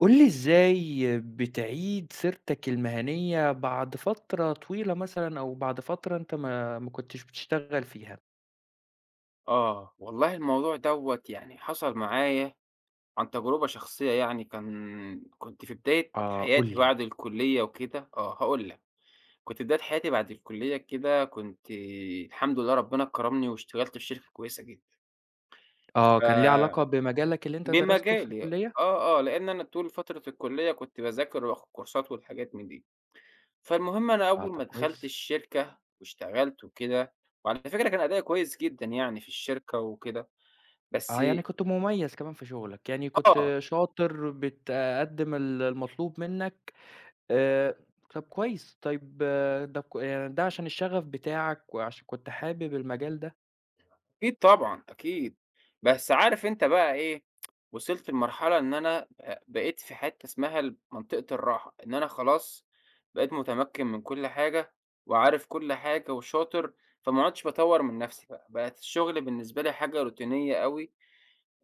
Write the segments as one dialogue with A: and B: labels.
A: قُل لي إزاي بتعيد سيرتك المهنية بعد فترة طويلة مثلًا أو بعد فترة أنت ما كنتش بتشتغل فيها؟
B: آه، والله الموضوع دوّة حصل معايا عن تجربة شخصية كان كنت في بداية
A: آه، قُل
B: حياتي
A: لي.
B: بعد الكُلّية وكده. هاقول لك، كنت في بداية حياتي بعد الكُلّية كده، كنت الحمد لله ربنا كرمني واشتغلت في شركة كويسة جدًا،
A: آه، كان ليه علاقة
B: ف
A: بمجالك اللي أنت درسته في
B: بمجالي.
A: الكلية؟
B: لإن أنا طول فترة الكُلّية كنت باذاكر وآخد كورسات والحاجات من دي، فالمهم أنا
A: آه،
B: أول
A: طب
B: ما دخلت
A: كويس.
B: الشركة واشتغلت وكده، وعلى فكرة كان أدائي كويس جدًا يعني في الشركة وكده، بس
A: آه، يعني كنت مميز كمان في شغلك، يعني
B: آه.
A: كنت شاطر بتقدّم المطلوب منّك. آآ، طب كويس، طيب آه، ده يعني ده عشان الشغف بتاعك وعشان كنت حابب المجال ده؟
B: أكيد طبعًا، أكيد. بس عارف أنت بقى إيه، وصلت لمرحلة إن أنا بقيت في حتّة اسمها ال منطقة الراحة، إن أنا خلاص بقيت متمكّن من كل حاجة وعارف كل حاجة وشاطر، فما عُدتش باطوّر من نَفْسي بقى، بقت الشغل بالنسبة لي حاجة روتينية أوي.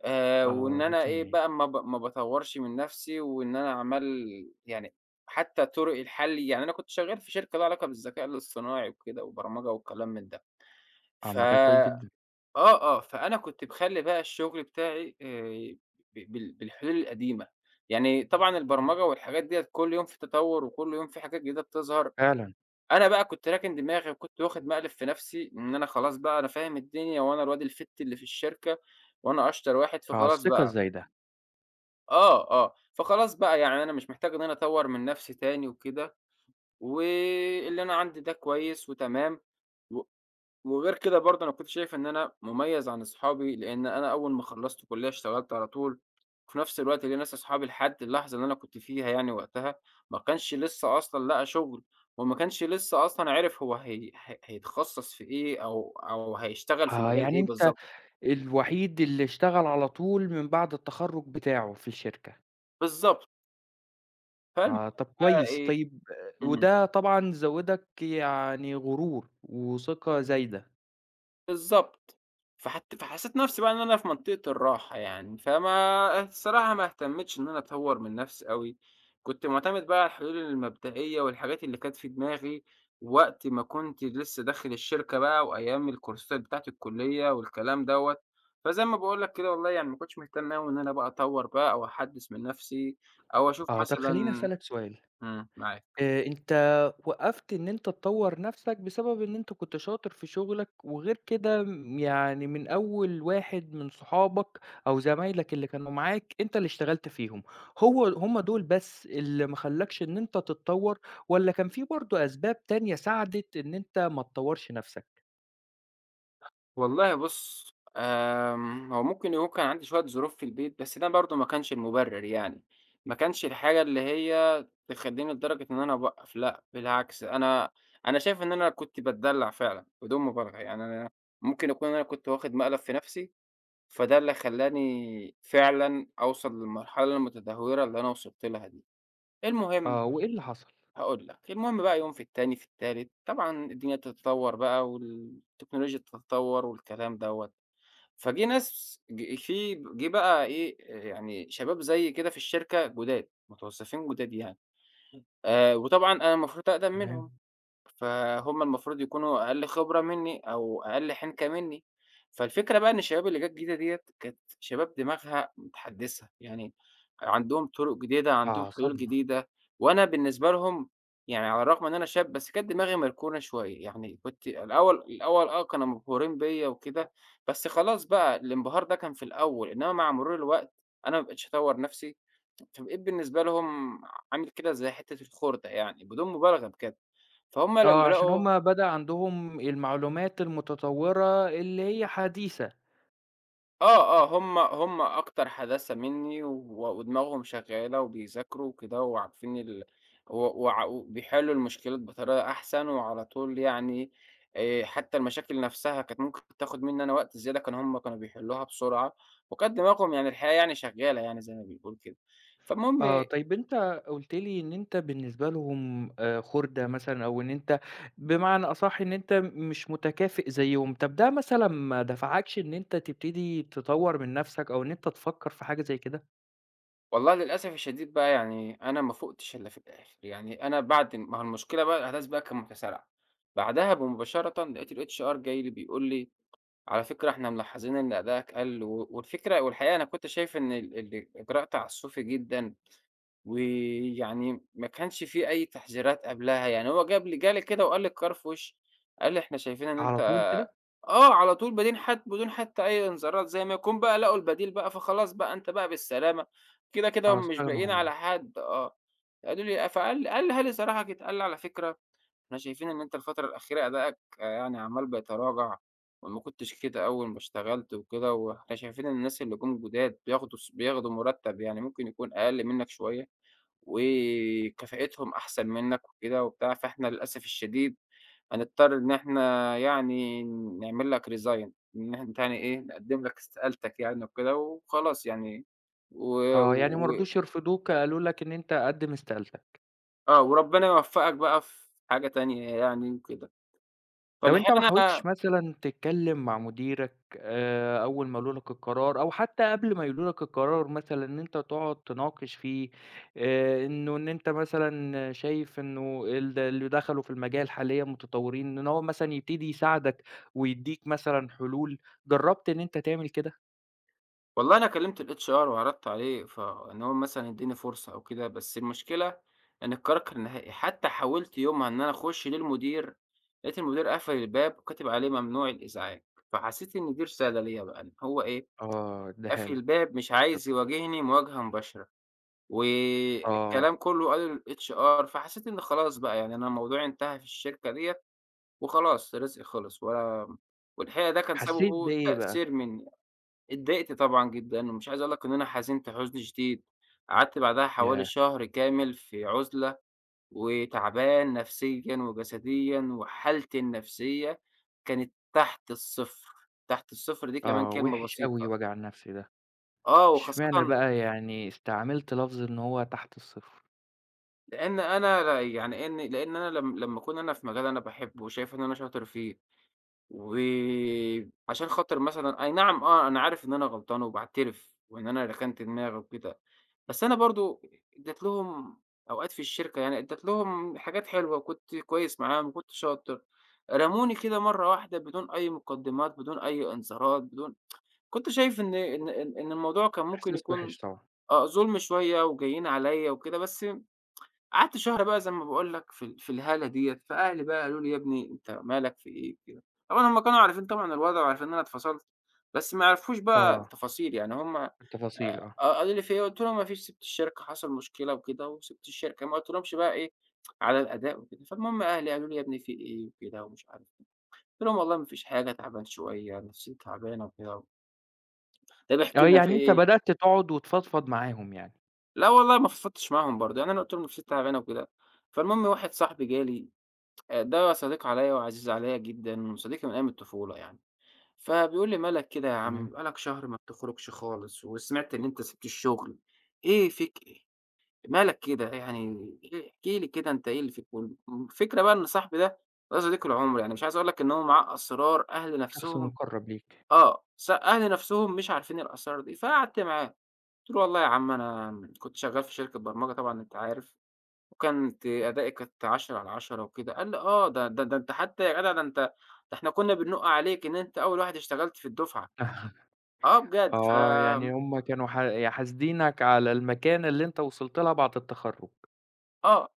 A: آه،
B: وإن أنا إيه،
A: روتينية.
B: بقى ما باطوّرش من نَفْسي وإن أنا عمّال يعني حتّى طُرق الحَل. يعني أنا كنت شغّال في شركة ليها علاقة بالذكاء الاصطناعي وكده وبرمجة وكلام من ده.
A: آه،
B: ف
A: مجال كويس جدًا.
B: آه، آه، فأنا كنت باخلّي بقى الشغل بتاعي ب بال بالحلول القديمة، يعني طبعًا البرمجة والحاجات ديّة كل يوم في تطوُّر وكل يوم في حاجات جديدة بتظهر،
A: فعلًا.
B: أنا بقى كنت راكن دماغي وكنت واخد مقلب في نَفْسي إن أنا خلاص بقى أنا فاهم الدنيا وأنا الواد الfit اللي في الشركة وأنا أشطر واحد،
A: آه،
B: فخلاص
A: الثقة
B: بقى
A: إزاي ده؟
B: آه، آه، فخلاص بقى يعني أنا مش محتاج إن أنا أطوّر من نَفْسي تاني وكده، واللي أنا عندي ده كويس وتمام. و وغير كده برضه أنا كنت شايف إن أنا مميز عن أصحابي، لإن أنا أول ما خلّصت كُلّية اشتغلت على طول، وفي نفس الوقت ليّا ناس أصحابي لحد اللحظة اللي أنا كنت فيها يعني وقتها، ما كانش لسه أصلًا لقى شغل، وما كانش لسه أصلًا عرف هو هي ه هيتخصص في إيه أو هيشتغل في
A: آه،
B: مجال
A: يعني
B: إيه
A: أنت
B: بالضبط.
A: الوحيد اللي اشتغل على طول من بعد التخرُّج بتاعه في الشركة.
B: بالضبط، فالمهم
A: آه، طب
B: بقى
A: كويس،
B: إيه.
A: طيب آه،
B: إمم.
A: وده طبعًا زوّدك يعني غرور وثقة زايدة.
B: بالضبط. فحسّيت نَفْسي بقى إن أنا في منطقة الراحة يعني، الصراحة ما اهتمّتش إن أنا أطوّر من نَفْسي أوي، كنت مُعتمد بقى على الحلول المبدئية والحاجات اللي كانت في دماغي وقت ما كنت لسّه داخل الشركة بقى وأيام الكورسات بتاعة الكُلّية والكلام دوّة، فزي ما باقول لك كده والله يعني ما كنتش مهتم أوي إن أنا بقى أطوّر بقى أو أحدّث من نَفْسي أو أشوف
A: آه، طب خلّيني
B: مثلًا.
A: أسألك سؤال.
B: إمم، معاك.
A: أنت وقّفت إن أنت تطوّر نَفْسك بسبب إن أنت كنت شاطر في شغلك، وغير كده يعني من أول واحد من صحابك أو زمايلك اللي كانوا معاك أنت اللي اشتغلت فيهم، هم دول بس اللي ما خلّاكش إن أنت تتطوّر، والّا كان في برضه أسباب تانية ساعدت إن أنت ما تطوّرش نَفْسك؟
B: والله بُص، هو ممكن يكون كان عندي شوية ظروف في البيت، بس ده برضه ما كانش المُبرر يعني، ما كانش الحاجة اللي هي تخلّيني لدرجة إن أنا أوقّف. لأ بالعكس، أنا شايف إن أنا كنت باتدلّع فعلًا بدون مبالغة، يعني أنا ممكن أكون أنا كنت واخد مقلب في نَفْسي، فده اللي خلّاني فعلًا أوصل للمرحلة المتدهورة اللي أنا وصلت لها دي. المهم،
A: آه، وإيه اللي حصل؟
B: هاقول لك، المهم بقى يوم في التاني، في التالت، طبعًا الدنيا تتطوّر بقى والتكنولوجيا تتطوّر والكلام دوّة. فجه ناس ج في جه بقى إيه، يعني شباب زيي كده في الشركة جُداد، متوظّفين جُداد يعني. وطبعًا أنا المفروض أقدم منهم.
A: تمام.
B: فهُم المفروض يكونوا أقل خبرة منّي أو أقل حِنكة منّي، فالفكرة بقى إن الشباب اللي جات جديدة ديّة كانت شباب دماغها متحدّثة، يعني عندهم طُرق جديدة، عندهم
A: آه،
B: حلول
A: صدمة.
B: جديدة، وأنا بالنسبة لهم، يعني على الرغم إن أنا شاب بس كانت دماغي مركونة شوية، يعني كنت الأول آه كانوا مبهورين بيّا وكده، بس خلاص بقى الانبهار ده كان في الأول، إنّما مع مرور الوقت أنا ما بقيتش أطوّر نَفْسي، فبقيت بالنسبة لهم عامل كده زي حتّة الخُردة يعني بدون مبالغة بجد. فهُم
A: آه،
B: لمّا
A: عشان
B: لقوا
A: هم بدأ عندهم المعلومات المتطوّرة اللي هي حديثة.
B: آه، آه، هُم أكتر حداثة منّي ودماغهم شغّالة وبيذاكروا وكده وعارفين ال و وع وبيحلّوا المشكلات بطريقة أحسن وعلى طول يعني. حتّى المشاكل نَفْسها كانت ممكن تاخُد منّي أنا وقت زيادة، كانوا بيحلّوها بسرعة وكانت دماغهم يعني الحقيقة يعني شغّالة يعني زي ما بنقول كده. فالمهم،
A: آه، طيب أنت قُلت لي إن أنت بالنسبة لهم خُردة مثلًا أو إن أنت بمعنى أصح إن أنت مش متكافئ زيّهم، طب ده مثلًا ما دفعكش إن أنت تبتدي تطوّر من نَفْسك أو إن أنت تفكّر في حاجة زي كده؟
B: والله للأسف الشديد بقى يعني أنا ما فُقتش إلا في الآخر، يعني أنا بعد ما هو المشكلة بقى الأحداث بقى كانت متسارعة، بعدها بمباشرة لقيت الHR جاي لي بيقول لي: "على فكرة إحنا ملاحظين إن أدائك قَل." والفكرة والحقيقة أنا كنت شايف إن الإجراء تعسُّفي جدًا، ويعني ما كانش في أي تحذيرات قبلها. يعني هو جاب لي جه لي كده وقال لي القرار في وشّي، قال لي: "إحنا شايفين إن
A: على
B: أنت".
A: طول كده؟
B: آه، على طول بدين حت بدون حتى أي إنذارات، زي ما يكون بقى لقوا البديل بقى، فخلاص بقى أنت بقى بالسلامة. كده، كده
A: آه،
B: هم مش
A: استغنوا
B: باقيين على
A: عنّك.
B: حد، آه. قالوا لي قالها لي صراحة كده، قال لي: "على فكرة إحنا شايفين إن أنت الفترة الأخيرة أدائك آه، يعني عمّال بيتراجع، وما كنتش كده أول ما اشتغلت وكده، وإحنا شايفين إن الناس اللي جُم جداد بياخدوا مرتب يعني ممكن يكون أقل منك شوية، وكفاءتهم أحسن منك وكده وبتاع، فإحنا للأسف الشديد هنضطر إن إحنا يعني نعمل لك resign، إن إحنا يعني إيه، نقدّم لك استقالتك يعني وكده وخلاص يعني". و
A: آه، يعني ما
B: و
A: رضوش يرفضوك قالوا لك إن أنت قد ما استقالتك.
B: آه، وربنا يوفّقك بقى في حاجة تانية يعني وكده.
A: طب أنت ما
B: فالحقيقة
A: حاولتش
B: أنا،
A: مثلًا تتكلم مع مديرك، أول ما قالوا لك القرار أو حتى قبل ما يقولوا لك القرار مثلًا إن أنت تقعد تناقش فيه. إنه إن أنت مثلًا شايف إنه اللي دخلوا في المجال حاليًا متطورين، إن هو مثلًا يبتدي يساعدك ويدّيك مثلًا حلول، جرّبت إن أنت تعمل كده؟
B: والله أنا كلّمت الHR وعرضت عليه إن هو مثلًا يدّيني فرصة أو كده، بس المشكلة إن القرار كان نهائي. حتى حاولت يومها إن أنا أخُش للمدير، لقيت المدير قافل الباب وكاتب عليه ممنوع الإزعاج، فحسّيت إن دي رسالة ليّا بقى إن هو إيه،
A: آه، ادّاها
B: قافل
A: لك.
B: الباب مش عايز
A: حاططها.
B: يواجهني مواجهة مباشرة،
A: آه،
B: والكلام كله قاله للHR. فحسيت إن خلاص بقى يعني أنا موضوعي انتهى في الشركة ديّة وخلاص رزقي خلص ولا والحقيقة ده كان
A: حسيت
B: سببه
A: بإيه بقى؟
B: تقصير منّي. اتضايقت طبعًا جدًا ومش عايز أقول لك إن أنا حزنت حزن شديد، قعدت بعدها حوالي
A: ياه!
B: شهر كامل في عُزلة وتعبان نفسيًا وجسديًا، وحالتي النفسية كانت تحت الصفر. تحت الصفر دي كمان
A: آه،
B: كلمة
A: وِحِش أوي
B: بسيطة.
A: وجع النفس ده.
B: آه وخاصةً
A: اشمعنى بقى يعني استعملت لفظ إن هو تحت الصفر؟
B: لإن أنا لا يعني إن لإن أنا لم لمّا أكون أنا في مجال أنا باحبه وشايف إن أنا شاطر فيه، وعشان خاطر مثلًا أي نعم آه، أنا عارف إن أنا غلطان وباعترف وإن أنا ركنت دماغي وكده، بس أنا برضه ادّيت لهم أوقات في الشركة، يعني ادّيت لهم حاجات حلوة، كنت كويس معاهم وكنت شاطر. رموني كده مرّة واحدة بدون أي مقدمات، بدون أي إنذارات، بدون. كنت شايف إن الموضوع كان ممكن
A: إحساس
B: يكون
A: وِحِش طبعًا.
B: آه، ظلم شوية وجايين عليّا وكده. بس قعدت شهر بقى زي ما باقول لك في ال في الهَلَة ديّة، فأهلي بقى قالوا لي: "يا ابني أنت مالك في إيه؟" كده. طبعًا هُم كانوا عارفين طبعًا الوضع وعارفين إن أنا اتفصلت، بس ما يعرفوش بقى
A: آه،
B: تفاصيل، يعني هُم
A: التفاصيل آه.
B: قالوا لي: "في إيه؟" قُلت لهم: "ما فيش، سِبت الشركة، حصل مشكلة وكده وسِبت الشركة." ما قُلتلهمش بقى إيه، على الأداء وكده. فالمهم أهلي قالوا لي: "يا ابني في إيه؟" وكده ومش عارف إيه. قُلت لهم: "والله ما فيش حاجة، تعبان شوية، نفسيتي تعبانة وكده." "طَب احكِ
A: آه،
B: لنا في
A: يعني أنت
B: إيه؟"
A: بدأت تقعد وتفضفض معاهم يعني.
B: "لا والله ما فضفضتش معاهم برضه." يعني أنا قُلت لهم نفسيتي تعبانة وكده. فالمهم واحد صاحبي جه لي، ده صديق عليّا وعزيز عليّا جدًا، وصديقي من أيام الطفولة يعني. فبيقول لي: "مالك كده يا عم،
A: تمام.
B: بقى لك شهر ما بتخرجش خالص، وسمعت إن أنت سِبت الشغل، إيه؟ مالك كده يعني، إيه احكِ لي كده أنت إيه اللي فيك؟" الفكرة بقى إن صاحبي ده، ده صديق العُمر، يعني مش عايز أقول لك إن هو معاه أسرار أهل
A: شخص
B: نَفْسهم
A: مُقرّب ليك.
B: آه، أهل نَفْسهم مش عارفين الأسرار دي. فقعدت معاه، قُلت له: "والله يا عم أنا كنت شغّال في شركة برمجة." طبعًا أنت عارف. وكانت أدائي كانت 10 على 10 وكده. قال لي: "آه، ده أنت حتى يا جدع، ده أنت، ده إحنا كنا بنُقّ عليك إن أنت أول واحد اشتغلت في الدفعة." آه بجد.
A: آه، يعني هُم كانوا ح ي حاسدينك على المكانة اللي أنت وصلت لها بعد التخرُّج.
B: آه.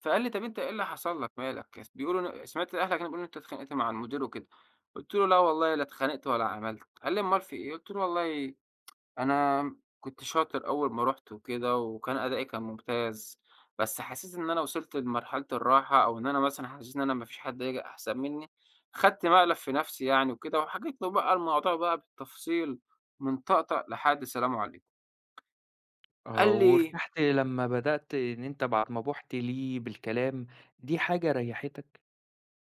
B: فقال لي: "طب أنت إيه اللي حصل لك مالك؟ س بيقولوا إن سمعت أهلك هنا بيقولوا إن أنت اتخانقت مع المدير وكده." قُلت له: "لا والله لا اتخانقت ولا عملت." قال لي: "أُمّال في إيه؟" قُلت له: "والله أنا كنت شاطر أول ما رُحت وكده، وكان أدائي كان ممتاز، بس حسيت إن أنا وصلت لمرحلة الراحة، أو إن أنا مثلًا حسيت إن أنا ما فيش حد هييجي أحسن مني، خدت مقلب في نفسي يعني وكده"، وحكيت له بقى الموضوع بقى بالتفصيل من طقطقة لحد سلام عليكم.
A: آه،
B: قال لي:
A: وارتحت لمّا بدأت إن أنت بعد ما بُحت ليه بالكلام، دي حاجة ريّحتك؟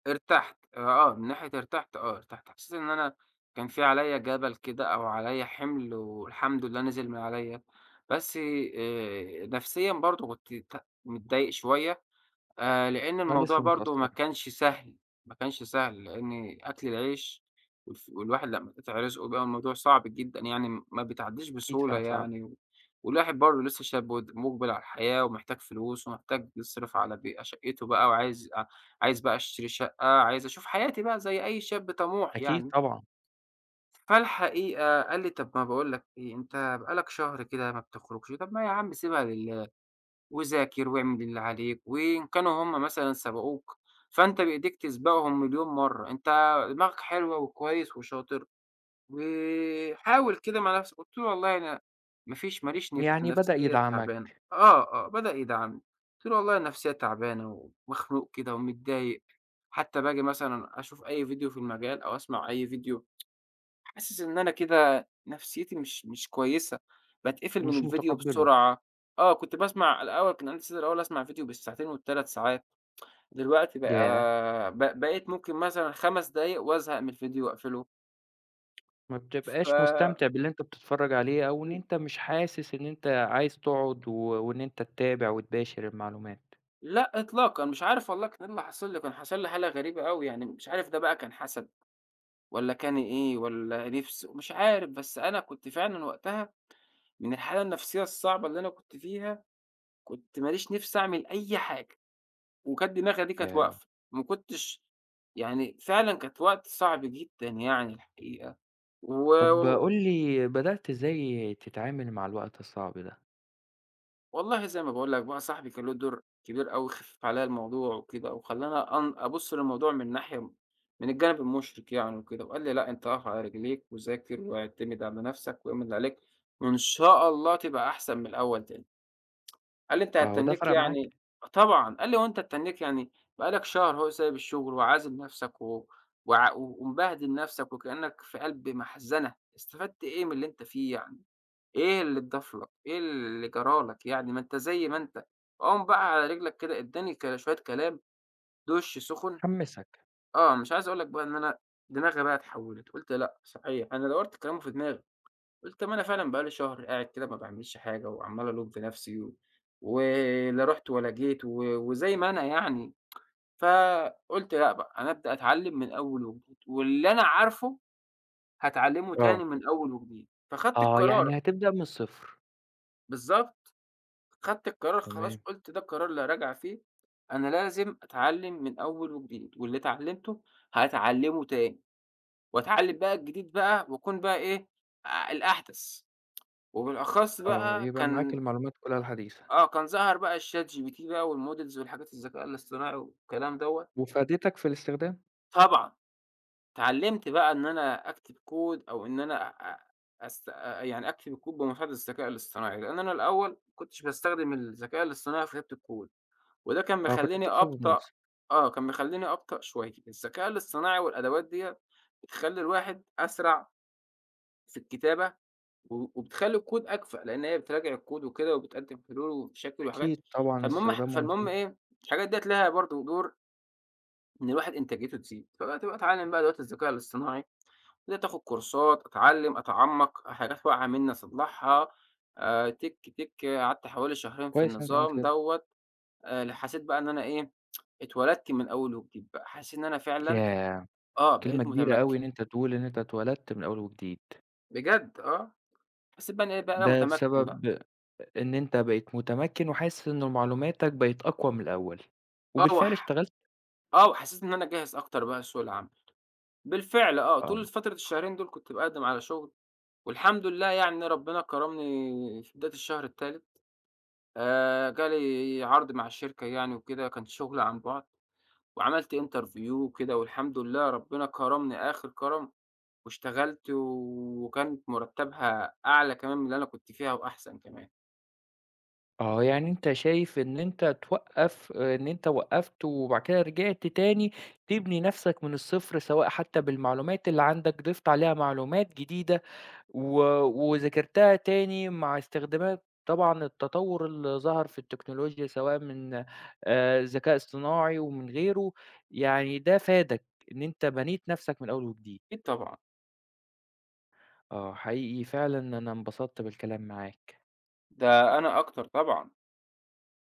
B: "ارتحت." آه، من ناحية ارتحت، آه ارتحت، حسيت إن أنا كان في عليَّ جبل كده أو عليَّ حِمل والحمد لله نزل من عليَّ، بس نفسيًا برضه كنت متضايق شوية. لإن
A: آه،
B: الموضوع
A: لسه
B: برضه ما
A: متأثّر.
B: كانش سهل، ما كانش سهل، لإن أكل العيش والواحد لمّا قِطع رزقه بقى الموضوع صعب جدًا يعني ما بتعدّيش
A: أكيد
B: بسهولة
A: فعلًا صعب.
B: يعني، والواحد برضه لسه شاب مُقبِل على الحياة ومحتاج فلوس ومحتاج يصرف على شقّته بقى، وعايز أ عايز بقى أشتري شقة، عايز أشوف حياتي بقى زي أي شاب طموح
A: أكيد
B: يعني.
A: طبعًا.
B: فالحقيقة قال لي: "طَب ما باقول لك إيه، أنت بقى لك شهر كده ما بتخرجش، طَب ما يا عم سيبها لله، وذاكر واعمل اللي عليك، وإن كانوا هم مثلًا سبقوك فأنت بإيديك تسبقهم مليون مرّة، أنت دماغك حلوة وكويس وشاطر، وحاول كده مع نفسك." قُلت له والله أنا ما ليش نِفْس،
A: يعني بدأ
B: النفسية تعبانة.
A: يدعمك.
B: آه، آه، بدأ يدعمني. قُلت له والله النفسية تعبانة ومخنوق كده ومتضايق، حتى باجي مثلًا أشوف أي فيديو في المجال أو أسمع أي فيديو حاسس إن أنا كده نفسيتي مش كويسة، باتقفل من
A: مش
B: الفيديو
A: متقبّله.
B: بسرعة. آه كنت باسمع كان عندي استعداد الأول أسمع فيديو بالساعتين وال3 ساعات، دلوقتي
A: ياه!
B: بقى بقيت ممكن مثلًا 5 دقايق وازهق من الفيديو وأقفله.
A: ما بتبقاش
B: ف
A: مستمتع باللي أنت بتتفرّج عليه، أو إن أنت مش حاسس إن أنت عايز تقعد وإن أنت تتابع وتباشر المعلومات.
B: لأ إطلاقًا، مش عارف والله كان إيه اللي حاصل لي، كان حاصل لي حالة غريبة أوي، يعني مش عارف ده بقى كان حسد والّا كان إيه والّا نِفس مش عارف. بس أنا كنت فعلًا وقتها من الحالة النفسية الصعبة اللي أنا كنت فيها، كنت ما ليش نِفس أعمل أي حاجة. وكانت دماغي دي كانت
A: ياه!
B: واقفة، ما كنتش يعني. فعلًا كانت وقت صعب جدًا يعني الحقيقة. و
A: طب قُل لي بدأت إزاي تتعامل مع الوقت الصعب ده؟
B: والله زي ما باقول لك بقى صاحبي كان له دور كبير أوي، خفِّف عليَّ الموضوع وكده، وخلّاني أن أبُص للموضوع من ناحية، من الجانب المُشرِق يعني وكده، وقال لي: "لأ، أنت أقف على رجليك وذاكر واعتمد على نفْسَك واعمل اللي عليك، وإن شاء الله تبقى أحسن من الأول تاني." قال لي: "أنت
A: أهو ده
B: هتتنّيك
A: فرق معاك.
B: يعني." آه طبعًا. قال لي: "هو أنت هتتنّيك يعني، بقى لك شهر أهو سايب الشغل وعازل نَفْسك و وع ومبهدل نَفْسك وكإنّك في قلب مَحزَنة، استفدت إيه من اللي أنت فيه يعني؟ إيه اللي اتضاف لك، إيه اللي جرى لك يعني؟ ما أنت زي ما أنت." قام بقى على رجلك كده، ادّاني شوية كلام، دُش سُخُن.
A: حمّسك.
B: آه، مش عايز أقول لك بقى إن أنا دماغي بقى اتحوّلت. قُلت لأ صحيح، أنا دوّرت كلامه في دماغي. قُلت ما أنا فعلًا بقى لي شهر قاعد كده ما باعملش حاجة وعمّال ألوم في نفسي ولا رُحت ولا جيت وزي ما أنا يعني. فقُلت لأ بقى أنا أبدأ أتعلّم من أول وجديد، واللي أنا عارفه هاتعلّمه
A: آه.
B: تاني من أول وجديد، فخدت
A: آه،
B: القرار.
A: يعني هتبدأ من الصفر.
B: بالضبط، خدت القرار خلاص
A: تمام.
B: قُلت ده القرار لا راجعة فيه. أنا لازم أتعلّم من أول وجديد، واللي اتعلّمته هاتعلّمه تاني، وأتعلّم بقى الجديد بقى وأكون بقى إيه، الأحدث، وبالأخص
A: آه،
B: بقى
A: يبقى معاك
B: كان
A: المعلومات كلها الحديثة.
B: آه، آه، كان ظَهَر بقى الChat GPT بقى والModels والحاجات الذكاء الاصطناعي والكلام دوّة.
A: وفادتك في الاستخدام؟
B: طبعًا اتعلّمت بقى إن أنا أكتب كود أو إن أنا أ أست أ يعني أكتب الكود بمساعدة الذكاء الاصطناعي، لإن أنا الأول ما كنتش باستخدم الذكاء الاصطناعي في كتابة الكود، وده كان
A: آه، كنت
B: مخلّيني
A: بتكتبه
B: أبطأ.
A: بنفسك.
B: آه، كان مخلّيني أبطأ شوية. الذكاء الاصطناعي والأدوات ديّة بتخلّي الواحد أسرع في الكتابة وبتخلّي الكود أكفأ، لإن هي بتراجع الكود وكده وبتقدّم حلول ومشاكل وحاجات.
A: أكيد طبعًا استخدامه
B: فالمهم
A: مفيد.
B: إيه، الحاجات ديّة لها برضه دور إن الواحد إنتاجيته تزيد. فبقيت بقى أتعلّم بقى دلوقتي الذكاء الاصطناعي، بدأت آخُد كورسات، أتعلّم، أتعمّق، حاجات واقعة منّي أصلّحها، تِك، تِك، آه، قعدت حوالي شهرين في
A: كويس إن أنت عملت
B: النظام
A: كده.
B: دوّة. ل حسيت بقى إن أنا إيه، اتولدت من أول وجديد بقى، حسيت إن أنا فعلًا
A: ياه!
B: آه،
A: كلمة
B: بقيت
A: كبيرة
B: متمكّن.
A: أوي إن أنت تقول إن أنت اتولدت من أول وجديد.
B: بجد آه، حسيت بقى إن إيه بقى
A: ده
B: متمكّن بقى.
A: بسبب إن أنت بقيت متمكن وحاسس إن معلوماتك بقت أقوى من الأول،
B: آه
A: وبالفعل
B: وح
A: اشتغلت.
B: آه، وحسّيت إن أنا جاهز أكتر بقى لسوق العمل. بالفعل آه،
A: آه.
B: طول فترة الشهرين دول كنت باقدّم على شغل، والحمد لله يعني ربنا كرمني في بداية الشهر التالت. جالي عرض مع الشركة يعني وكده، كان شغل عن بُعد، وعملت interview وكده، والحمد لله ربنا كرمني آخر كرم، واشتغلت وكانت مرتبها أعلى كمان من اللي أنا كنت فيها وأحسن كمان.
A: آه، يعني أنت شايف إن أنت وقّفت وبعد كده رجعت تاني تبني نفْسك من الصفر، سواء حتى بالمعلومات اللي عندك ضِفت عليها معلومات جديدة. و وذاكرتها تاني مع استخدامات طبعًا التطوّر اللي ظَهَر في التكنولوجيا سواء من ذكاء اصطناعي ومن غيره، يعني ده فادك إن أنت بنيت نَفْسك من أول وجديد.
B: أكيد طبعًا،
A: آه، حقيقي فعلًا أنا انبسطت بالكلام معاك.
B: ده أنا أكتر طبعًا.